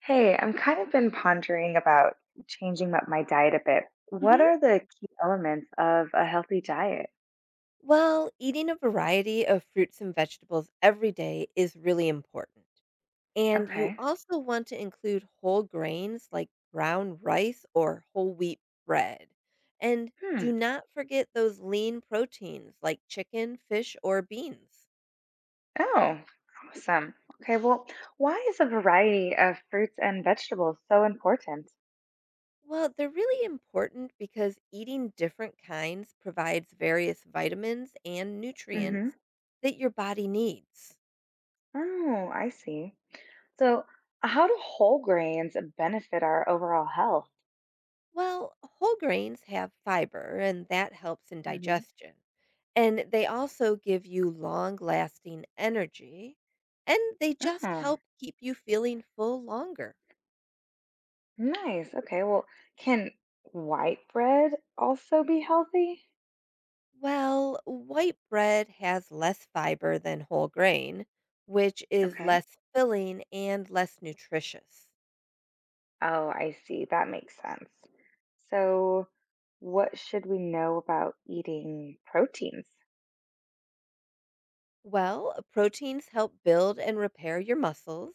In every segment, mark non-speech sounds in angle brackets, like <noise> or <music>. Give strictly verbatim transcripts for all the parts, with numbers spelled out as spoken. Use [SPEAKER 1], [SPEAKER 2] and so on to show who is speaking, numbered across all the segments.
[SPEAKER 1] Hey, I'm kind of been pondering about changing up my diet a bit. What
[SPEAKER 2] hmm
[SPEAKER 1] are the key elements of a healthy diet?
[SPEAKER 2] Well, eating a variety of fruits and vegetables every day is really important. And you
[SPEAKER 1] Okay.
[SPEAKER 2] also want to include whole grains like brown rice or whole wheat bread. And do
[SPEAKER 1] Hmm.
[SPEAKER 2] not forget those lean proteins like chicken, fish, or beans.
[SPEAKER 1] Oh, awesome. Okay, well, why is a variety of fruits and vegetables so important?
[SPEAKER 2] Well, they're really important because eating different kinds provides various vitamins and
[SPEAKER 1] Mm-hmm.
[SPEAKER 2] nutrients that your body needs.
[SPEAKER 1] Oh, I see. So, how do whole grains benefit our overall health?
[SPEAKER 2] Well, whole grains have fiber, and that helps in
[SPEAKER 1] Mm-hmm.
[SPEAKER 2] digestion. And they also give you long lasting energy, and they just
[SPEAKER 1] Oh,
[SPEAKER 2] help keep you feeling full longer.
[SPEAKER 1] nice. Okay, well, can white bread also be healthy?
[SPEAKER 2] Well, white bread has less fiber than whole grain, which is
[SPEAKER 1] Okay.
[SPEAKER 2] less filling and less nutritious.
[SPEAKER 1] Oh, I see. That makes sense. So, what should we know about eating proteins?
[SPEAKER 2] Well, proteins help build and repair your muscles.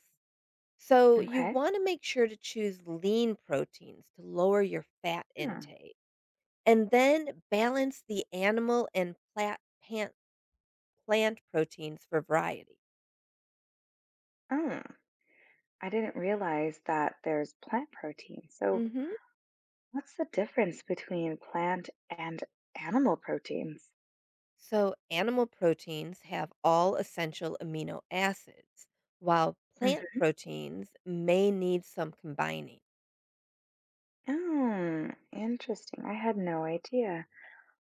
[SPEAKER 2] So, you
[SPEAKER 1] Okay.
[SPEAKER 2] want to make sure to choose lean proteins to lower your fat
[SPEAKER 1] Hmm.
[SPEAKER 2] intake. And then balance the animal and plat pant plant proteins for variety.
[SPEAKER 1] Oh, I didn't realize that there's plant protein. So,
[SPEAKER 2] Mhm.
[SPEAKER 1] what's the difference between plant and animal proteins?
[SPEAKER 2] So, animal proteins have all essential amino acids, while plant
[SPEAKER 1] Mhm.
[SPEAKER 2] proteins may need some combining.
[SPEAKER 1] Oh, interesting. I had no idea.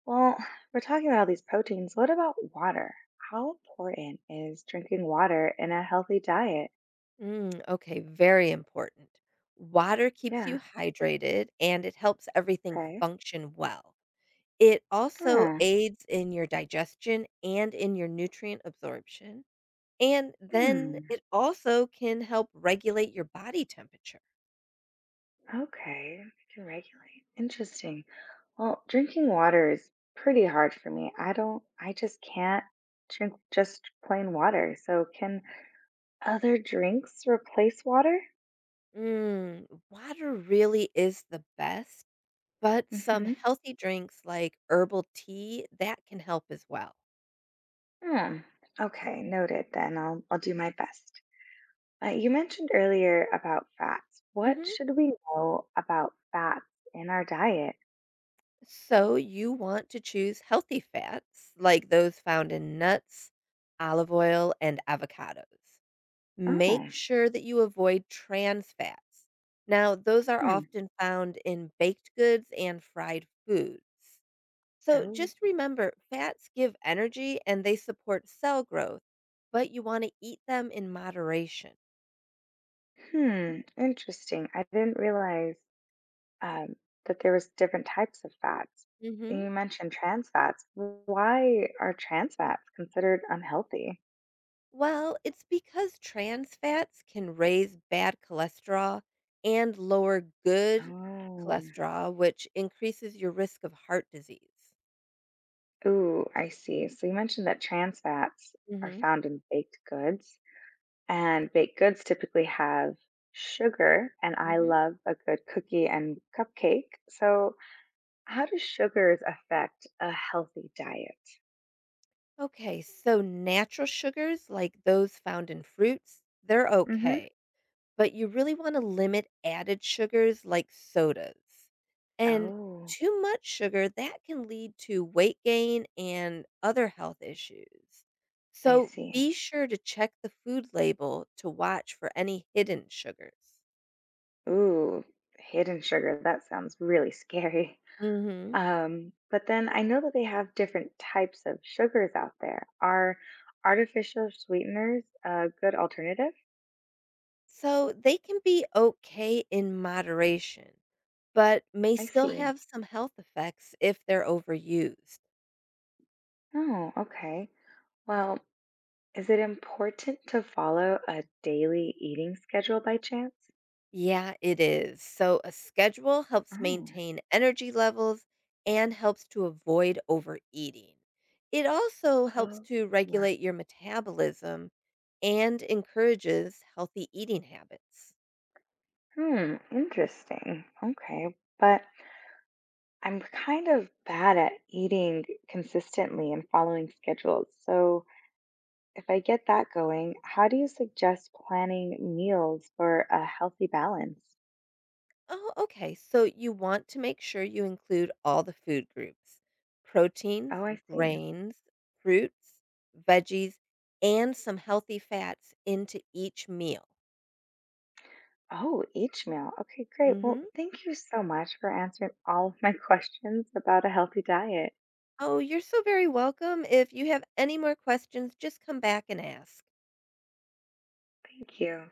[SPEAKER 1] Well, <sighs> we're talking about all these proteins. What about water? How important is drinking water in a healthy diet?
[SPEAKER 2] Mm, okay, very important. Water keeps
[SPEAKER 1] Yeah.
[SPEAKER 2] you hydrated and it helps everything
[SPEAKER 1] Okay.
[SPEAKER 2] function well. It also
[SPEAKER 1] Oh,
[SPEAKER 2] aids in your digestion and in your nutrient absorption. And then
[SPEAKER 1] hmm.
[SPEAKER 2] it also can help regulate your body temperature.
[SPEAKER 1] Okay, I can regulate. Interesting. Well, drinking water is pretty hard for me. I don't, I just can't drink just plain water. So, can other drinks replace water?
[SPEAKER 2] Mm, water really is the best, but some
[SPEAKER 1] Mm-hmm.
[SPEAKER 2] healthy drinks like herbal tea, that can help as well.
[SPEAKER 1] Hmm. Okay, noted then. I'll, I'll do my best. Uh, you mentioned earlier about fats. What
[SPEAKER 2] hmm
[SPEAKER 1] should we know about fats in our diet?
[SPEAKER 2] So you want to choose healthy fats like those found in nuts, olive oil, and avocados.
[SPEAKER 1] Oh,
[SPEAKER 2] Make sure that you avoid trans fats. Now, those are
[SPEAKER 1] hmm.
[SPEAKER 2] often found in baked goods and fried foods. So
[SPEAKER 1] Oh,
[SPEAKER 2] just remember fats give energy and they support cell growth, but you want to eat them in moderation.
[SPEAKER 1] hmm. Interesting. I didn't realize. um, that there was different types of fats.
[SPEAKER 2] hmm
[SPEAKER 1] You mentioned trans fats. Why are trans fats considered unhealthy?
[SPEAKER 2] Well, it's because trans fats can raise bad cholesterol and lower good
[SPEAKER 1] Oh,
[SPEAKER 2] cholesterol, which increases your risk of heart disease.
[SPEAKER 1] ooh, I see. So you mentioned that trans fats are
[SPEAKER 2] hmm
[SPEAKER 1] found in baked goods, and baked goods typically have sugar, and I
[SPEAKER 2] hmm
[SPEAKER 1] love a good cookie and cupcake. So how do sugars affect a healthy diet?
[SPEAKER 2] Okay, so natural sugars like those found in fruits, they're
[SPEAKER 1] Mm-hmm.
[SPEAKER 2] okay. But you really wanna limit added sugars like sodas. And
[SPEAKER 1] Oh,
[SPEAKER 2] too much sugar, that can lead to weight gain and other health issues.
[SPEAKER 1] I
[SPEAKER 2] So
[SPEAKER 1] see.
[SPEAKER 2] be sure to check the food label to watch for any hidden sugars.
[SPEAKER 1] Ooh, hidden sugar. That sounds really scary.
[SPEAKER 2] Mhm.
[SPEAKER 1] Um, but then I know that they have different types of sugars out there. Are artificial sweeteners a good alternative?
[SPEAKER 2] So they can be okay in moderation, but may
[SPEAKER 1] I
[SPEAKER 2] still
[SPEAKER 1] see.
[SPEAKER 2] have some health effects if they're overused.
[SPEAKER 1] Oh, okay. Well, is it important to follow a daily eating schedule by chance?
[SPEAKER 2] Yeah, it is. So a schedule helps
[SPEAKER 1] Oh,
[SPEAKER 2] maintain energy levels and helps to avoid overeating. It also helps
[SPEAKER 1] well,
[SPEAKER 2] to
[SPEAKER 1] yeah.
[SPEAKER 2] regulate your metabolism and encourages healthy eating habits.
[SPEAKER 1] Hmm, interesting. Okay. But I'm kind of bad at eating consistently and following schedules. So, if I get that going, how do you suggest planning meals for a healthy balance?
[SPEAKER 2] Oh, okay. So you want to make sure you include all the food groups,
[SPEAKER 1] Oh,
[SPEAKER 2] proteins,
[SPEAKER 1] I see.
[SPEAKER 2] grains, fruits, veggies, and some healthy fats into each meal.
[SPEAKER 1] Oh, each meal. Okay, great.
[SPEAKER 2] hmm
[SPEAKER 1] Well, thank you so much for answering all of my <laughs> questions about a healthy diet.
[SPEAKER 2] Oh, you're so very welcome. If you have any more questions, just come back and ask.
[SPEAKER 1] Thank you.